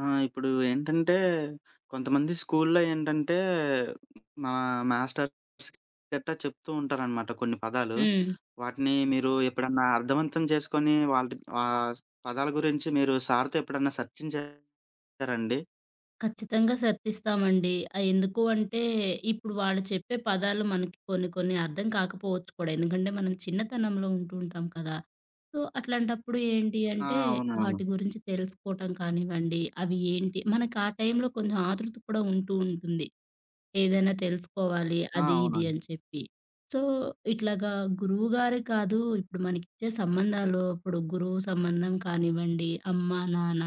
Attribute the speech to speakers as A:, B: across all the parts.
A: ఆ! ఇప్పుడు ఏంటంటే, కొంతమంది స్కూల్లో ఏంటంటే, మా మాస్టర్స్ గట్టా చెప్తూ ఉంటారనమాట కొన్ని పదాలు.
B: హ్మ్.
A: వాటిని మీరు ఎప్పుడన్నా అర్థవంతం చేసుకొని ఆహ్, పదాల గురించి మీరు సార్‌తో ఎప్పుడన్నా చర్చించారండి?
B: ఖచ్చితంగా సర్దిస్తామండి. ఎందుకు అంటే ఇప్పుడు వాళ్ళు చెప్పే పదాలు మనకి కొన్ని కొన్ని అర్థం కాకపోవచ్చు కూడా. ఎందుకంటే మనం చిన్నతనంలో ఉంటూ ఉంటాం కదా! సో, అట్లాంటప్పుడు ఏంటి
A: ఆ!
B: అంటే
A: అవునవును.
B: వాటి గురించి తెలుసుకోవటం కానివ్వండి, అవి ఏంటి మనకు ఆ టైంలో కొంచెం ఆతృత కూడా ఉంటూ ఉంటుంది. ఏదైనా తెలుసుకోవాలి
A: ఆ!
B: అది ఇది
A: అవునండి.
B: అని చెప్పి. సో, ఇట్లాగా గురువుగారే కాదు ఇప్పుడు మనకిచ్చే సంబంధాలు ఇప్పుడు గురువు సంబంధం కానివ్వండి, అమ్మ, నాన్న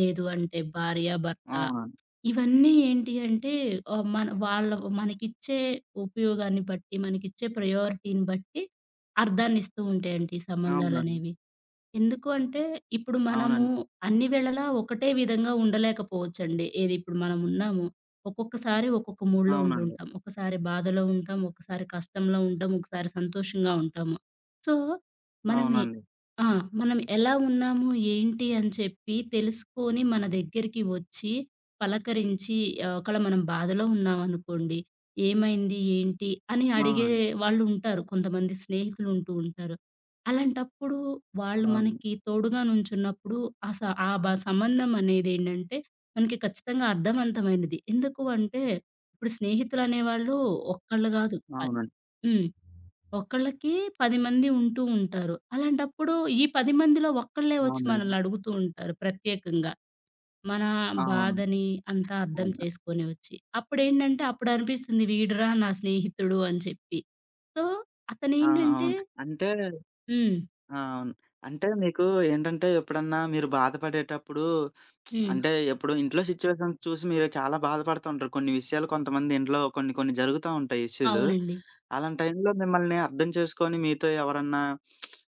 B: లేదు అంటే భార్య, భర్త
A: అవునండి.
B: ఇవన్నీ ఏంటి అంటే మన వాళ్ళ మనకిచ్చే ఉపయోగాన్ని బట్టి, మనకిచ్చే ప్రయారిటీని బట్టి అర్థాన్నిస్తూ ఉంటాయండి ఈ
A: అవునండి.
B: సంబంధాలనేవి. ఎందుకు అంటే, ఇప్పుడు మనము అన్ని వేళలా ఒకటే విధంగా ఉండలేకపోవచ్చండి. ఏది ఇప్పుడు మనమున్నాము. ఒక్కొక్కసారి ఒక్కొక్క మూడ్‌లో
A: అవునండి.
B: ఉండుంటాం. ఒకసారి బాధలో ఉంటాం, ఒకసారి కష్టంలో ఉంటాం, ఒకసారి సంతోషంగా ఉంటాము. సో, మనమే
A: అవునండి.
B: ఆ! మనం ఎలా ఉన్నాము, ఏంటి అని చెప్పి తెలుసుకొని మన దగ్గరికి వచ్చి, పలకరించి ఒకళ మనం బాధలో ఉన్నామనుకోండి, ఏమైంది, ఏంటి అని అడిగే
A: అవునండి.
B: వాళ్ళుంటారు. కొంతమంది స్నేహితులుంటూ ఉంటారు. అలాంటప్పుడు వాళ్ళు
A: అవునండి. అవును.
B: మనకి తోడుగా నుంచున్నప్పుడు ఆ స ఆ సంబంధం అనేదేంటంటే, మనకి ఖచ్చితంగా అర్థవంతమైనది. ఎందుకు అంటే, ఇప్పుడు స్నేహితులనేవాళ్ళు ఒక్కళ్ళు గాదు. ప
A: అవునండి.
B: హ్మ్. ఒక్కళ్ళకి 10 మంది ఉంటూ ఉంటారు. అలాంటప్పుడు ఈ 10 మందిలో ఒక్కళ్ళే వచ్చి
A: అవునండి.
B: మనల్ని అడుగుతూ ఉంటారు ప్రత్యేకంగా. మన
A: అవును.
B: బాధని అంతా అర్థం
A: అవును.
B: చేసుకొని వచ్చి. అప్పుడేంటంటే, అప్పుడనిపిస్తుంది వీడురా నా స్నేహితుడు అని చెప్పి. సో,
A: ఆ!
B: అతనేంటంటే
A: అవును. అంటే
B: హ్మ్.
A: ఆ! అవును. అంటే మీకు ఏంటంటే ఎప్పుడన్నా మీరు బాధపడేటప్పుడు
B: హ్మ్.
A: అంటే ఎప్పుడు ఇంట్లో సిట్యుయేషన్ చూసి మీరు చాలా బాధపడుతుంటారు. కొన్ని విషయాలు కొంతమంది ఇంట్లో కొన్ని కొన్ని జరుగుతా ఉంటాయి ఇష్యూలు.
B: అవునండి.
A: అలాంటి టైంలో మిమ్మల్ని అర్థం చేసుకొని మీతో ఎవరన్నా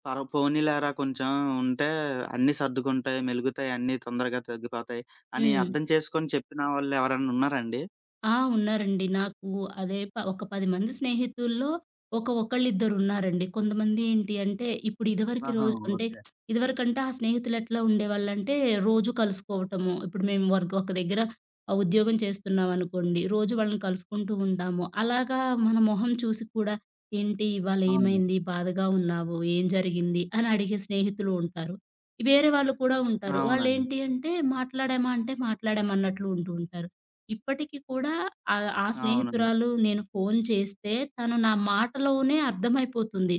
A: పోనీలేరా కొంచెం ఉంటే అన్నీ సర్దుకుంటాయి, మెలుగుతాయి, అన్నీ తొందరగా తగ్గిపోతాయి అని
B: హ్మ్.
A: అర్థం చేసుకొని చెప్పిన వాళ్ళు ఎవరన్నా ఉన్నారా అండి?
B: ఆ! ఉన్నారండి. నాకు అదే ప ఒక 10 మంది స్నేహితుల్లో ఒకళ్ళిద్దరున్నారండి. కొంతమంది ఏంటి అంటే, ఇప్పుడు ఇదివరకి
A: ఆహా!
B: రోజు అంటే
A: ఓకే.
B: ఇదివరకంటే ఆ స్నేహితులు ఎట్లా ఉండేవాళ్ళంటే, రోజు కలుసుకోవటము. ఇప్పుడు మేము వర్క్ ఒక దగ్గర ఉద్యోగం చేస్తున్నామనుకోండి. రోజు వాళ్ళని కలుసుకుంటూ ఉంటాము. అలాగా మన మొహం చూసి కూడా, "ఏంటి ఇవాళ
A: అవును.
B: ఏమైంది? బాధగా ఉన్నావు. ఏం జరిగింది?" అని అడిగే స్నేహితులు ఉంటారు. వేరే వాళ్ళు కూడా ఉంటారు.
A: అవునండి.
B: వాళ్ళేంటి అంటే, మాట్లాడామా అంటే మాట్లాడామన్నట్లు ఉంటూ ఉంటారు. ఇప్పటికి కూడా ఆ
A: అవునండి.
B: స్నేహితురాలు నేను ఫోను చేస్తే తను నా మాటలోనే అర్థమైపోతుంది.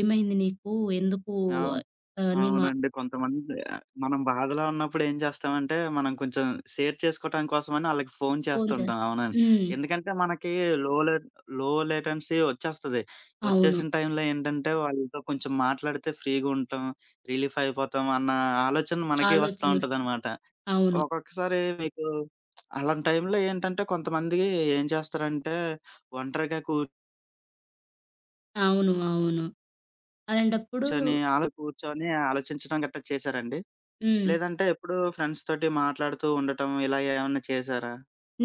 B: ఏమైంది నీకు? ఎందుకు
A: అవును.
B: నీ మా
A: అవునండి. కొంతమంది మనం బాధలో ఉన్నప్పుడు ఏం చేస్తామంటే, మనం కొంచెం షేర్ చేసుకోవటం కోసమని ఆళ్ళకి ఫోను
B: ఫోను చే
A: చేస్తుంటాం. అవునండి.
B: హ్మ్.
A: ఎందుకంటే, మనకి లో లే లో లేటెన్సీ ఒచ్చేస్తది.
B: అవును.
A: ఒచ్చేసిన టైంలో ఏంటంటే, వాళ్ళతో కొంచెం మాట్లాడితే ఫ్రీ‌గా ఉంటాం, రిలీఫ్ అయిపోతాం అన్న ఆలోచన మనకి వస్తా
B: ఆలోచనొస్తుంది.
A: ఉంటదనమాట.
B: అవును.
A: ఒక్కొక్కసారి మీకు అలాంటి టైంలో ఏంటంటే, కొంతమంది ఏం చేస్తారంటే, ఒంటరిగా
B: అవును. అవును. అలాంటప్పుడు
A: కూర్చొని ఆలోచించడం గట్టా చేశారండి?
B: హ్మ్.
A: లేదంటే ఎప్పుడు ఫ్రెండ్స్ తోటి మాట్లాడుతూ ఉండటం ఇలా ఏమన్నా చేశారా?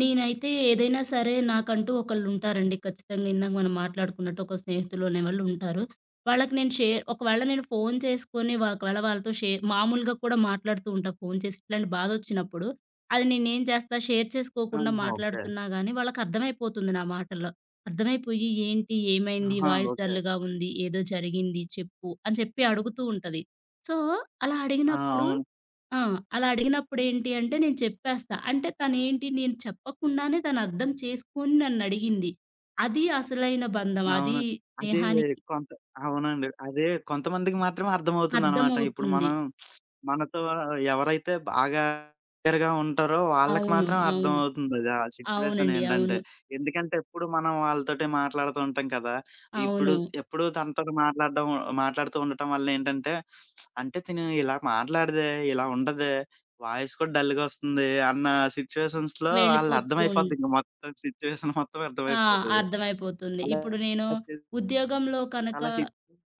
B: నేనైతే ఏదైనా సరే నాకంటూ ఒకళ్ళుంటారండి. ఖచ్చితంగా ఇందాక మనం మాట్లాడుకున్నట్టు ఒక స్నేహితులు అనేవాళ్ళు ఉంటారు. వాళ్ళకి నేను షేర్ ఒకవేళ నేను ఫోను చేసుకొని ఒకవేళ వాళ్ళతో మామూలుగా కూడా మాట్లాడుతూ ఉంటా ఫోను చేసి ఇట్లాంటి బాధొచ్చినప్పుడు. అది నేనేం చేస్తా షేర్ చేసుకోకుండా
A: ఆహా! ఓకే.
B: మాట్లాడుతున్నా గానీ వాళ్ళకర్థమైపోతుంది నా మాటల్లో. అర్థమైపోయి ఏంటి? ఏమైంది?
A: ఆహా!
B: Voice
A: okay.
B: డల్‌గా ఉంది. ఏదో జరిగింది చెప్పు అని చెప్పి అడుగుతూ ఉంటది. సో, అలా
A: ఆ!
B: అడిగినప్పుడు
A: అవును.
B: ఆ! అలా అడిగినప్పుడేంటి అంటే నేను చెప్పేస్తా. అంటే తనేంటి నేను చెప్పకుండానే తను అర్థం చేసుకొని నన్నడిగింది. అది అసలైన బంధం.
A: అవును.
B: అది
A: అదే
B: స్నేహానికి
A: కొంత అవునండి. అదే కొంతమందికి మాత్రమే అర్థమవుతుందనమాట. ఇప్పుడు
B: అర్థమవుతుంది.
A: మనతో ఎవరైతే బాగా దగ్గరగా ఉంటారో వాళ్ళకి
B: అవును.
A: మాత్రం
B: అవును.
A: అర్థమవుతుందది. ఆ సిట్యుయేషన్
B: అవునండి.
A: ఏంటంటే.
B: అవును.
A: ఎందుకంటే ఎప్పుడు మనం వాళ్ళతోటే మాట్లాడుతూ ఉంటాం కదా! ఇప్పుడు
B: అవును.
A: ఎప్పుడు తనతోటి మాట్లాడుతూ ఉండటం వల్ల ఏంటంటే, అంటే తిను ఇలా మాట్లాడదే, ఇలా ఉండదే, వాయిస్ కూడా డల్‌గొస్తుంది అన్న సిట్యుయేషన్స్‌లో
B: వెళ్ళిపోతూ ఉం
A: ఆళ్ళర్థమైపోద్ది. ఇంక మొత్తం సిట్యుయేషన్ మొత్తం
B: ఆ!
A: అర్థమైపోతది.
B: అర్థమైపోతుంది.
A: అలా
B: ఉద్యోగంలో కనుక
A: అలా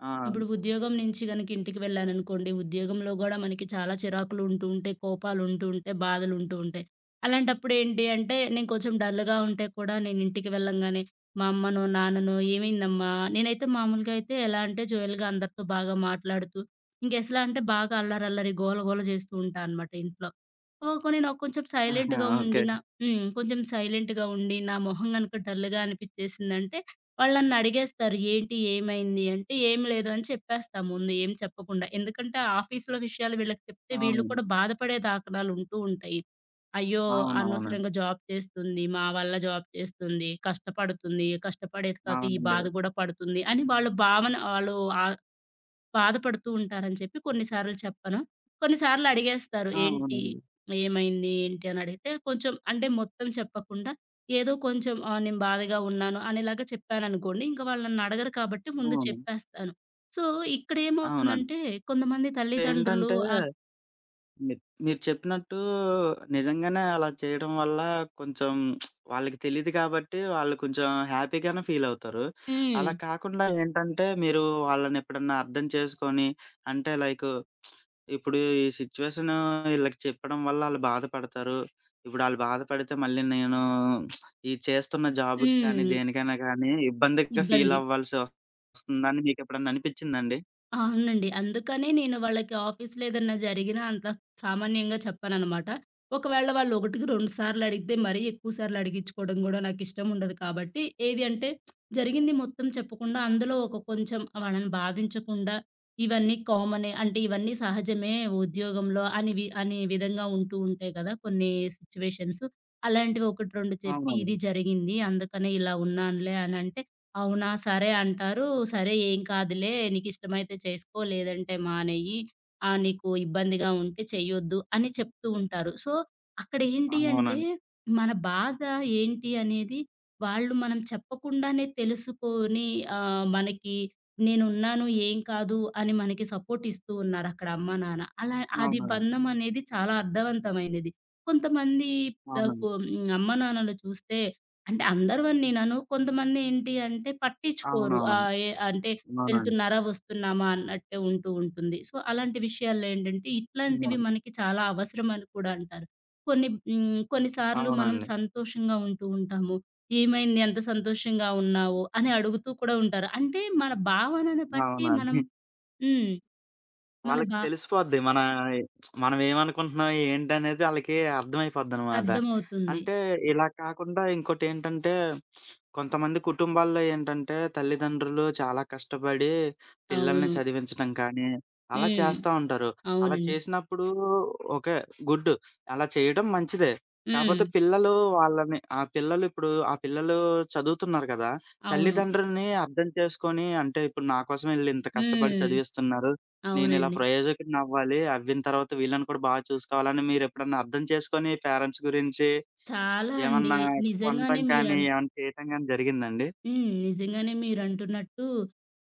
A: ఆ!
B: ఇప్పుడు ఉద్యోగం నుంచి గనక ఇంటికి వెళ్ళాననుకోండి, ఉద్యోగంలో గూడా మనకి చాలా చిరాకులు ఉంటూ ఉంటాయి, కోపాలు ఉంటూ ఉంటాయి, బాధలు ఉంటూ ఉంటాయి. అలాంటప్పుడు ఏంటి అంటే, నేను కొంచెం డల్‌గా ఉంటే కూడా నేను ఇంటికి వెళ్ళంగానే మా అమ్మనో, నాన్ననో "ఏమైందమ్మా?" నేనైతే మామూలుగా అయితే ఎలా అంటే జోయల్‌గా అందరితో బాగా మాట్లాడుతూ, ఇంకెసలా అంటే బాగా అల్లరి, అల్లరి గోల, గోల చేస్తూ ఉంటా అనమాట ఇంట్లో. ఓహ్! నేను కొంచెం
A: ఆహా!
B: సైలెంట్‌గా
A: ఓకే.
B: ఉండి నా హ్మ్. కొంచెం సైలెంట్‌గా ఉండి, నా మొహం గనక డల్‌గా అనిపిచ్చేసిందంటే వాళ్ళు నన్నడిగేస్తారు. "ఏంటి? ఏమైంది?" అంటే, "ఏం లేదు" అని చెప్పేస్తా ముందు ఏం చెప్పకుండా. ఎందుకంటే, ఆఫీస్‌లో విషయాలు వీళ్ళకి చెప్తే వీళ్ళు
A: అవును.
B: కూడా బాధపడే దాఖలాలు ఉంటూ ఉంటాయి. "అయ్యో!
A: అవునవునండి.
B: అనవసరంగా జాబ్ చేస్తుంది. మా వల్ల జాబ్ చేస్తుంది. కష్టపడుతుంది. కష్టపడేది కాక ఈ
A: అవునండి.
B: బాధ గూడా పడుతుంది" అని వాళ్ళ భావన వాళ్ళు ఆ బాధపడుతూ ఉంటారని చెప్పి కొన్ని సార్లు చెప్పను. కొన్ని సార్లు అడిగేస్తారు.
A: ఆ!
B: "ఏంటి?
A: అవునండి.
B: ఏమైంది? ఏంటి?" అని అడిగితే కొంచెం అంటే మొత్తం చెప్పకుండా ఏదో కొంచెం నేను బాధగా ఉన్నాను అనేలాగా చెప్పాననుకోండి, ఇంక వాళ్ళు నన్నడగరు కాబట్టి ముందు
A: అవును.
B: చెప్పేస్తాను. సో,
A: అవునండి.
B: ఇక్కడేమవుతుందంటే కొంతమంది తల్లిదండ్రులు
A: ఏంటంటే
B: ఆహ్
A: మీ మీరు చెప్పినట్టు నిజంగానే అలా చేయడం వల్ల కొంచెం వాళ్ళకి తెలీదు కాబట్టి వాళ్ళు కొంచెం హ్యాపీగానే ఫీలవుతారు.
B: హ్మ్.
A: అలా కాకుండా ఏంటంటే మీరు వాళ్ళనెప్పుడన్నా అర్థం చేసుకొని అంటే లైకు ఇప్పుడు ఈ సిట్యుయేషను ఈళ్ళకి చెప్పడం వల్ల ఆళ్ళు బాధపడతారు. ఇప్పుడు ఆళ్ళు బాధపడితే మళ్ళీ నేను ఈ చేస్తున్న జాబ్‌కి కానీ,
B: హ్మ్.
A: దేనికైనా కానీ ఇబ్బందిగా ఫీల్
B: ఇబ్బంది.
A: అవ్వాల్సి వస్తుందని మీకెప్పుడన్నా అనిపిచ్చిందా అండి?
B: అవునండి. అందుకనే నేను వాళ్ళకి ఆఫీస్‌లో ఏదన్నా జరిగినా అంత సామాన్యంగా చెప్పననమాట. ఒకవేళ వాళ్ళు ఒకటికి 2 సార్లు అడిగితే మరీ ఎక్కువ సార్లు అడిగిచ్చుకోవడం గూడా నాకిష్టం ఉండదు కాబట్టి, ఏది అంటే జరిగింది మొత్తం చెప్పకుండా అందులో ఒక కొంచెం వాళ్ళని బాధించకుండా ఇవన్నీ కామనే అంటే ఇవన్నీ సహజమే ఉద్యోగంలో అని అనే విధంగా ఉంటూ ఉంటాయి కదా! కొన్ని సిట్యుయేషన్స్. అలాంటివి 1, 2 చెప్పి
A: అవునండి.
B: ఇది జరిగింది అందుకనే ఇలా ఉన్నానులే అనంటే అవునా! సరే అంటారు. సరే ఏం కాదులే నీకిష్టమైతే చేసుకో, లేదంటే మానేయి. నీకు ఇబ్బందిగా ఉంటే చెయ్యొద్దు అని చెప్తూ ఉంటారు. సో, అక్కడేంటి అంటే
A: అవునండి.
B: మన బాధ ఏంటి అనేది వాళ్ళు మనం చెప్పకుండానే తెలుసుకొని మనకి నేనున్నాను ఏం కాదు అని మనకి సపోర్ట్ ఇస్తూ ఉన్నారు అక్కడ అమ్మ, నాన్న. అలా అది
A: అవునండి.
B: బంధం అనేది చాలా అర్థవంతమైనది. కొంతమంది ఆహ్,
A: అవునండి.
B: కొ అమ్మ, నాన్నలు చూస్తే అంటే అందరూ అని నేనను. కొంతమంది ఏంటి అంటే పట్టించుకోరు.
A: అవునవునండి.
B: ఆహ్, ఏ అంటే
A: అవునండి.
B: వెళ్తున్నారా? వస్తున్నామా? అన్నట్టే ఉంటూ ఉంటుంది. సో, అలాంటి విషయాల్లో ఏంటంటే ఇట్లాంటివి
A: అవును.
B: మనకి చాలా అవసరం అని కూడా అంటారు. కొన్ని హ్మ్, కొన్నిసార్లు మనం
A: అవునండి.
B: సంతోషంగా ఉంటూ ఉంటాము. "ఏమైంది అంత సంతోషంగా ఉన్నావు?" అని అడుగుతూ కూడా ఉంటారు. అంటే మన భావనను బట్టి మనం
A: అవునండి.
B: హ్మ్. మన
A: వాళ్ళకి
B: బా
A: తెలిసిపోద్ది. మనం ఏమనుకుంటున్నాం, ఏంటనేది ఆళ్ళకి అర్థమైపోద్దనమాట.
B: అర్థమవుతుంది.
A: అంటే ఇలా కాకుండా ఇంకోటేంటంటే, కొంతమంది కుటుంబాల్లో ఏంటంటే, తల్లిదండ్రులు చాలా కష్టపడి పిల్లల్ని
B: అవును.
A: చదివించడం కానీ, అలా
B: హ్మ్.
A: చేస్తా ఉంటారు. అలా
B: అవునండి.
A: చేసినప్పుడు ఓకే. గుడ్. అలా చేయడం మంచిదే.
B: హ్మ్.
A: కాపోతే పిల్లలు వాళ్ళని ఆ పిల్లలు ఇప్పుడు ఆ పిల్లలు చదువుతున్నారు కదా!
B: అవును.
A: తల్లిదండ్రులని అర్థం చేసుకొని, అంటే ఇప్పుడు నా కోసం ఈళ్ళింత కష్టపడి
B: హ్మ్.
A: చదివిస్తున్నారు. నేనిలా
B: అవునండి.
A: ప్రయోజకుడినవ్వాలి. అవ్విన తర్వాత వీళ్ళని కూడా బాగా చూసుకోవాలని మీరెప్పుడన్నా అర్థం చేసుకొని పేరెంట్స్ గురించి
B: చాలా అండి.
A: ఏమన్నా కొనటం
B: నిజంగానే
A: కానీ,
B: మీరన్
A: ఏమన్నా చేయటం గానీ జరిగిందండి?
B: హ్మ్. నిజంగానే మీరంటున్నట్టు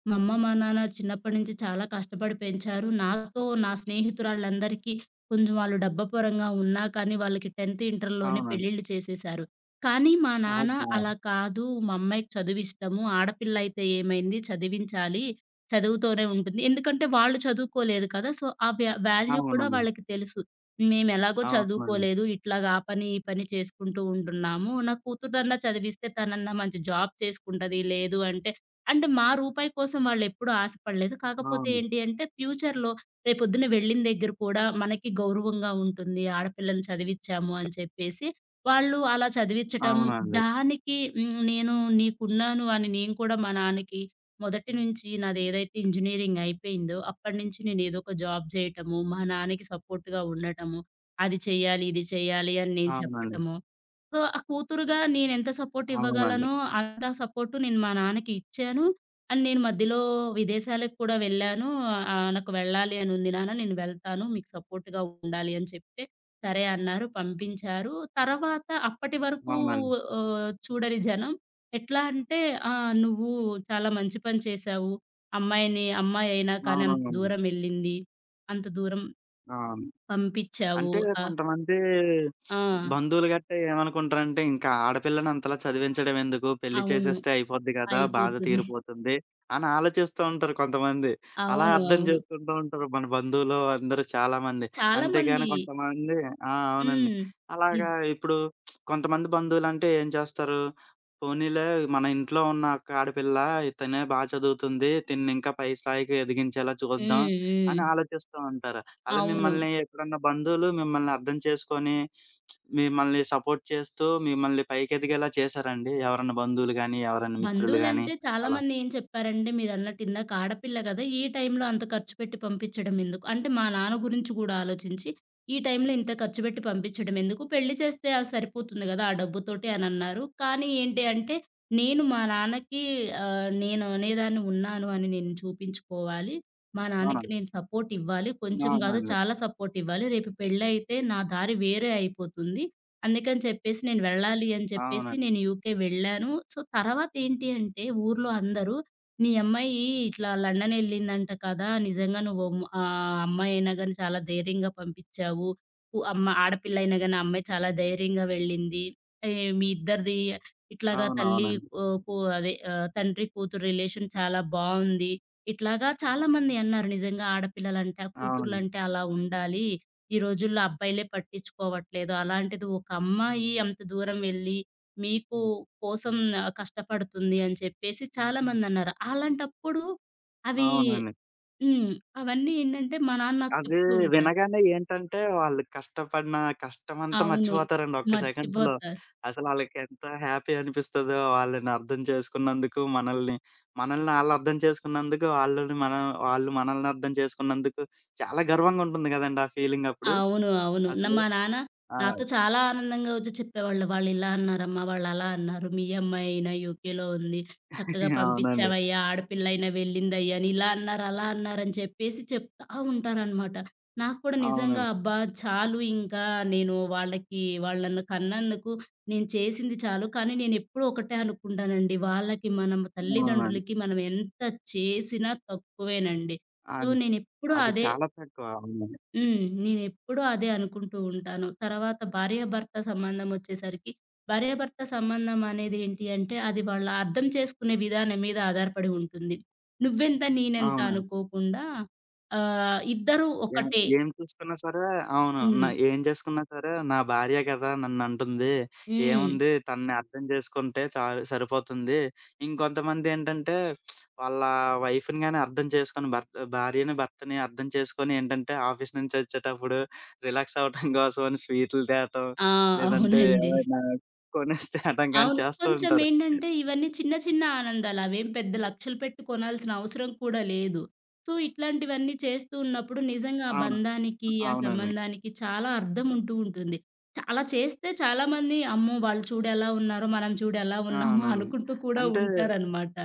B: మా అమ్మ, మా నాన్న చిన్నప్పటి నుంచి చాలా కష్టపడి పెంచారు. నాతో నా స్నేహితురాళ్ళందరికీ కొంచెం వాళ్ళు డబ్బపరంగా ఉన్నా కానీ వాళ్ళకి 10థ్, ఇంటర్‌లోనే
A: అవునండి.
B: పెళ్ళిళ్ళు చేసేశారు. కానీ మా నాన్న
A: అబ్బో!
B: అలా కాదు. మా అమ్మాయికి చదువిష్టము. ఆడపిల్ల అయితే ఏమైంది చదివించాలి. చదువుతోనే ఉంటుంది. ఎందుకంటే వాళ్ళు చదువుకోలేదు కదా! సో, ఆ వాల్యూ కూడా
A: అవునండి.
B: వాళ్ళకి తెలుసు. మేమెలాగో
A: అవునండి.
B: చదువుకోలేదు. ఇట్లాగా ఆ పని, ఈ పని చేసుకుంటూ ఉంటున్నాము. నా కూతుర్నన్నా చదివిస్తే తనన్నా మంచి జాబ్ చేసుకుంటది. లేదు అంటే అంటే మా రూపాయి కోసం వాళ్ళెప్పుడూ ఆశపడలేదు. కాకపోతే
A: అవును.
B: ఏంటి అంటే ఫ్యూచర్‌లో రేపొద్దున వెళ్ళిన దగ్గర కూడా మనకి గౌరవంగా ఉంటుంది. ఆడపిల్లల్ని చదివిచ్చాము అని చెప్పేసి వాళ్ళు అలా చదివిచ్చటం,
A: అవునండి.
B: దానికి హ్మ్, నేను నీకున్నాను అని నేను కూడా మా నాన్నకి మొదటి నుంచి నాదేదైతే ఇంజినీరింగ్ అయిపోయిందో, అప్పటినుంచి నేనేదో ఒక జాబ్ జేయటము, మా నాన్నకి సపోర్ట్‌గా ఉండటము, అది చెయ్యాలి, ఇది చెయ్యాలి అని నేను
A: అవునండి.
B: చెప్పటము. సో, ఆ కూతురుగా నేనెంత సపోర్ట్
A: అవునండి.
B: ఇవ్వగలనో అంత సపోర్ట్ నేను మా నాన్నకి ఇచ్చాను. అండ్ నేను మధ్యలో విదేశాలకు కూడా వెళ్ళాను. నాకు వెళ్ళాలి అని ఉంది నాన్న. నేను వెళ్తాను. మీకు సపోర్ట్‌గా ఉండాలి అని చెప్తే, సరే అన్నారు. పంపించారు. తర్వాత అప్పటి వరకు
A: అవునండి.
B: చూడని జనం ఎట్లా అంటే "ఆ! నువ్వు చాలా మంచి పని చేశావు. అమ్మాయిని అమ్మాయి అయినా కానీ అంత
A: అవునవును.
B: దూరం ఎళ్ళింది. అంత దూరం
A: అవును.
B: పంపించావు."
A: అంటే
B: ఆహ్,
A: కొంతమంది
B: ఆ!
A: బంధువులు గట్టా ఏమనుకుంటారంటే, ఇంకా ఆడపిల్లని అంతలా చదివించడం ఎందుకు? పెళ్లి
B: అవును.
A: చేసేస్తే అయిపోద్ది కదా! బాధ
B: అయిపోతుంది.
A: తీరిపోతుంది అని ఆలోచిస్తూ ఉంటారు కొంతమంది. అలా
B: అవును.
A: అర్థం
B: అవును.
A: చేసుకుంటూ ఉంటారు మన బంధువులు అందరూ చాలామంది.
B: చాలా
A: అంతేగాని
B: మంది
A: కొంతమంది ఆ! అవునండి.
B: హ్మ్.
A: అలాగా
B: నిజ్
A: ఇప్పుడు కొంతమంది బంధువులంటే ఏం చేస్తారు? పోనీలే మన ఇంట్లో ఉన్న ఒక్క ఆడపిల్ల తినే చదువుతుంది. తిన్నింకా పై స్థాయికి ఎదిగించేలా చూద్దాం
B: హ్మ్. హ్మ్.
A: అని ఆలోచిస్తూ ఉంటారు. అలా
B: అవును.
A: మిమ్మల్ని ఎప్పుడన్నా బంధువులు మిమ్మల్ని అర్థం చేసుకొని, మిమ్మల్ని సపోర్ట్ చేస్తూ, మిమ్మల్ని పైకెదిగేలా చేశారండి? ఎవరన్నా బంధువులు గాని, ఎవరన్నా మిత్రులు గాని
B: బంధువులంటే
A: అలా?
B: చాలామంది ఏం చెప్పారంటే మీరన్నట్టు ఇందాక ఆడపిల్ల కదా! ఈ టైంలో అంత ఖర్చు పెట్టి పంపించడం ఎందుకు? అంటే మా నాన్న గురించి కూడా ఆలోచించి, ఈ టైంలో ఇంత ఖర్చు పెట్టి పంపించడం ఎందుకు? పెళ్లి చేస్తే అది సరిపోతుంది గదా! ఆ డబ్బుతోటి అనన్నారు. కానీ ఏంటి అంటే, నేను మా నాన్నకి నేను అనేదాన్ని ఉన్నాను అని నేను చూపించుకోవాలి. మా నాన్నకి
A: అవునండి.
B: నేను సపోర్ట్ ఇవ్వాలి. కొంచెం గాదు
A: అవునండి.
B: చాలా సపోర్ట్ ఇవ్వాలి. రేపు పెళ్ళైతే నా దారి వేరే అయిపోతుంది. అందుకని చెప్పేసి నేను వెళ్ళాలి అని చెప్పేసి
A: అవునండి.
B: నేను యూకే వెళ్ళాను. సో, తర్వాతేంటి అంటే ఊర్లో అందరూ "మీ అమ్మాయి ఇట్లా లండన్ ఎళ్ళిందంట కదా! నిజంగా నువ్వు అమ్మాయైనా గాని చాలా ధైర్యంగా పంపిచ్చావు. ఉ అమ్మ ఆడపిల్లయినా గాని ఆ అమ్మాయి చాలా ధైర్యంగా వెళ్ళింది. ఏ మీ ఇద్దరిది ఇట్లాగా తల్లి
A: అవునవునండి.
B: ఆహ్, కూ అదే ఆహ్, తండ్రి కూతురు రిలేషన్ చాలా బావుంది." ఇట్లాగా చాలామంది అన్నారు నిజంగా ఆడపిల్లలంటే, ఆ
A: అవునండి.
B: కూతుర్లంటే అలా ఉండాలి. ఈ రోజుల్లో అబ్బాయిలే పట్టించుకోవట్లేదు. అలాంటిది ఒక అమ్మాయి అంత దూరం వెళ్లి మీకు కోసం కష్టపడుతుంది అని చెప్పేసి చాలామందన్నారు. అలాంటప్పుడు అవి
A: అవునండి.
B: హ్మ్. అవన్నీ ఏంటంటే మా నాన్న నాకు
A: అది
B: చెప్తూ ఉంటారు.
A: వినగానే ఏంటంటే, వాళ్ళు కష్టపడిన కష్టమంతా
B: అవును.
A: మర్చిపోతారండి ఒక్క సెకండ్స్‌లో.
B: మర్చిపోతా.
A: అసలు ఆళ్ళకెంత హ్యాపీ అనిపిస్తదో, వాళ్ళని అర్థం చేసుకున్నందుకు, మనల్ని, ఆళ్ళు అర్థం చేసుకున్నందుకు, ఆళ్ళని మనం వాళ్ళు మనల్ని అర్థం చేసుకున్నందుకు, చాలా గర్వంగా ఉంటుంది గదండీ! ఆ ఫీలింగ్ అప్పుడు
B: అవును. అవును.
A: అసలు.
B: మా నాన్న
A: ఆ!
B: నాతో చాలా ఆనందంగా వచ్చి చెప్పేవాళ్ళు. "వాళ్ళిలా అన్నారమ్మా, వాళ్ళలా అన్నారు. మీ అమ్మాయి అయినా యూకేలో ఉంది. చక్కగా
A: అవునండి.
B: పంపిచ్చావయ్యా. ఆడపిల్లయినా వెళ్ళిందయ్యా" అని ఇలా అన్నారు, అలా అన్నారని చెప్పేసి చెప్తా ఉంటారనమాట. నాకు కూడా నిజంగా
A: అవునండి.
B: అబ్బా! చాలు ఇంకా నేను వాళ్ళకి వాళ్ళు నన్ను కన్నందుకు నేను చేసింది చాలు. కానీ నేనెప్పుడూ ఒకటే అనుకుంటానండి. వాళ్ళకి మనం
A: అవునండి.
B: తల్లిదండ్రులకి మనం ఎంత చేసినా తక్కువేనండి. సో,
A: అన్
B: నేనెప్పుడూ
A: అది
B: అదే
A: చాలా తక్కువ. అవునండి.
B: హ్మ్. నేనెప్పుడూ అదే అనుకుంటూ ఉంటాను. తర్వాత భార్యాభర్త సంబంధం వచ్చేసరికి, భార్యాభర్త సంబంధం అనేది ఏంటి అంటే, అది వాళ్ళ అర్థం చేసుకునే విధానం మీద ఆధారపడి ఉంటుంది. నువ్వెంత, నేనెంత
A: అవునండి.
B: అనుకోకుండా ఇద్దరూ
A: ఏ
B: ఒకటే.
A: ఏం చూసుకున్నా సరే అవును. నా
B: హ్మ్.
A: ఏం చేసుకున్నా సరే నా భార్య కదా నన్నంటుంది.
B: హ్మ్.
A: ఏముంది తనని అర్థం చేసుకుంటే చాలు సరిపోతుంది. ఇంకొంతమందేంటంటే వాళ్ళ వైఫ్‌ని గాని అర్థం చేసుకొని భార్యని, భర్తని అర్థం చేసుకొని ఏంటంటే ఆఫీస్ నుంచి వచ్చేటప్పుడు రిలాక్స్ అవ్వటం కోసం అని స్వీట్లు తేటం,
B: ఆ!
A: లేదంటే
B: అవునండి.
A: ఏమైనా కొనేసి తేటం గాని
B: అవును.
A: చేస్తూ ఉంటారు.
B: కొంచెమేంటంటే ఇవన్నీ చిన్న చిన్న ఆనందాలు. అవేం పెద్ద లక్షలు పెట్టి కొనాల్సిన అవసరం కూడా లేదు. సో, ఇట్లాంటివన్నీ చేస్తూ ఉన్నప్పుడు నిజంగా ఆ
A: అవును.
B: బంధానికి, ఆ
A: అవునండి.
B: సంబంధానికి చాలా అర్థం ఉంటూ ఉంటుంది. చాలా చేస్తే చాలామంది అమ్మో! వాళ్ళు చూడు ఎలా ఉన్నారో, మనం చూడు ఎలా ఉన్నామో
A: అవునండి.
B: అనుకుంటూ కూడా
A: అంటే
B: ఉంటారనమాట.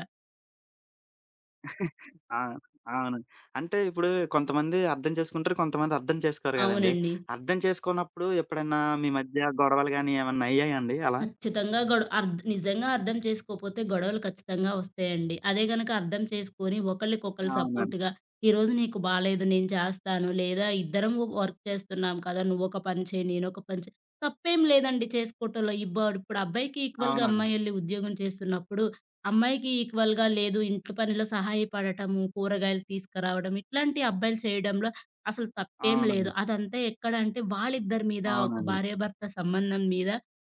A: ఆ! అవును. అంటే ఇప్పుడు కొంతమంది అర్థం చేసుకుంటారు. కొంతమంది అర్థం చేసుకోరు గదండీ.
B: అవునండి.
A: అర్థం చేసుకోనప్పుడు ఎప్పుడన్నా మీ మధ్య గొడవలు గాని ఏమన్నా అయ్యాయండి అలా?
B: ఖచ్చితంగా గొడ అర్ద్ నిజంగా అర్థం చేసుకోపోతే గొడవలు ఖచ్చితంగా వస్తాయండి. అదే గనక అర్థం చేసుకొని ఒకళ్ళకొకళ్ళు
A: అవునండి.
B: సపోర్ట్‌గా ఈరోజు నీకు బాలేదు నేను చేస్తాను. లేదా ఇద్దరము వర్క్ చేస్తున్నాం కదా! నువ్వొక పని చేయి, నేనొక పని చేయి. తప్పేం లేదండి చేసుకోవటంలో. ఇప్పుడు అబ్బాయికి ఈక్వల్‌గా
A: అవునండి.
B: అమ్మాయెళ్లి ఉద్యోగం చేస్తున్నప్పుడు, అమ్మాయికి ఈక్వల్‌గా లేదు ఇంటి పనిలో సహాయపడటము, కూరగాయలు తీసుకురావడం ఇట్లాంటి అబ్బాయిలు చేయడంలో అసలు తప్పేం
A: అవునండి.
B: లేదు. అదంతా ఎక్కడంటే వాళ్ళిద్దరి మీద ఒక
A: అవునండి.
B: భార్యాభర్త సంబంధం మీద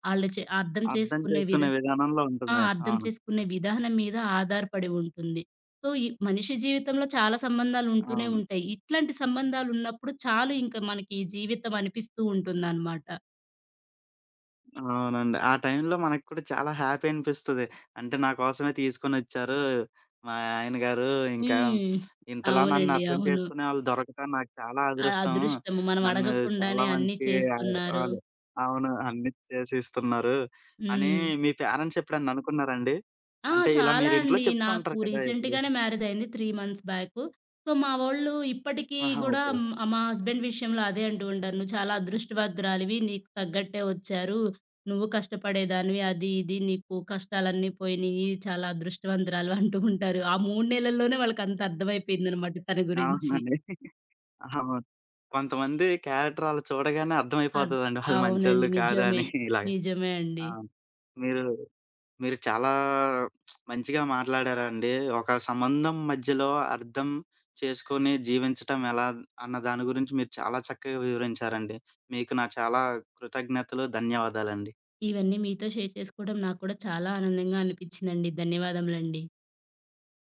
B: ఆళ్ళు చే అర్థం
A: అర్థం
B: చేసుకునే
A: చేసుకునే విధానంలో
B: ఆ!
A: ఉంటుంది.
B: అర్థం
A: అవును.
B: చేసుకునే విధానం మీద ఆధారపడి ఉంటుంది. సో, ఈ మనిషి జీవితంలో చాలా సంబంధాలుంటూనే
A: అవును.
B: ఉంటాయి. ఇట్లాంటి సంబంధాలున్నప్పుడు చాలు ఇంక మనకి జీవితం అనిపిస్తూ ఉంటుందనమాట.
A: అవునండి. ఆ టైంలో మనకు కూడా చాలా హ్యాపీ అనిపిస్తది. అంటే నా కోసమే తీసుకొనొచ్చారు. మా ఆయన గారు ఇంకా
B: హ్మ్.
A: ఇంతలా నన్ను
B: అవునండి.
A: అర్థం
B: అవును.
A: చేసుకునేవాళ్ళు దొరకటం నాకు చాలా
B: ఆ
A: అదృష్టం.
B: అదృష్టము. మనం
A: నన్ను చాలా
B: అడగకుండానే అన్నీ
A: మంచి
B: చేస్తున్నారు.
A: ఆళ్ళు అవును. అన్నీ చేసిస్తున్నారు అని
B: హ్మ్.
A: మీ పేరెంట్స్ ఎప్పుడన్నా అనుకున్నారండి?
B: ఆ!
A: అంటే ఇలా
B: చాలా
A: మీరు ఇంట్లో
B: అండి.
A: చెప్తూ
B: నాకు
A: ఉంటారు కదా! ఎప్పుడు.
B: రీసెంట్‌గానే మ్యారేజ్ అయింది. 3 మంత్స్ బ్యాకు. సో, మా వోళ్ళు ఇప్పటికి
A: ఆహా!
B: గూడా
A: ఓకే.
B: హ్మ్, మా హస్బెండ్ విషయంలో అదే అంటూ ఉంటారు. "నువ్వు చాలా అదృష్టవంతురాలివి. నీకు తగ్గట్టే వచ్చారు. నువ్వు కష్టపడేదానివి. అది, ఇది నీకు కష్టాలన్నీ పోయినియి. చాలా అదృష్టవంతురాలివి" అంటూ ఉంటారు. ఆ 3 నెలల్లోనే వాళ్ళకంత అర్థమైపోయిందనమాట తన గురించి.
A: అవునండి. అవును. కొంతమంది క్యారెక్టర్ ఆళ్ళు చూడగానే
B: అద్
A: అర్థమైపోతదండి. వాళ్ళు మంచోళ్ళు
B: అవునండి.
A: కాదా
B: నిజమే.
A: అని ఇలాగ.
B: నిజమే
A: ఆ!
B: అండి.
A: మీరు మీరు చాలా మంచిగా మాట్లాడారండి. ఒక సంబంధం మధ్యలో అర్థం చేసుకొని జీవించటం ఎలా అన్న దాని గురించి మీరు చాలా చక్కగా వివరించారండి. మీకు నా చాలా కృతజ్ఞతలు. ధన్యవాదాలండి.
B: ఇవన్నీ మీతో షేర్ చేసుకోవడం నాకు కూడా చాలా ఆనందంగా అనిపించిందండి. ధన్యవాదములండి.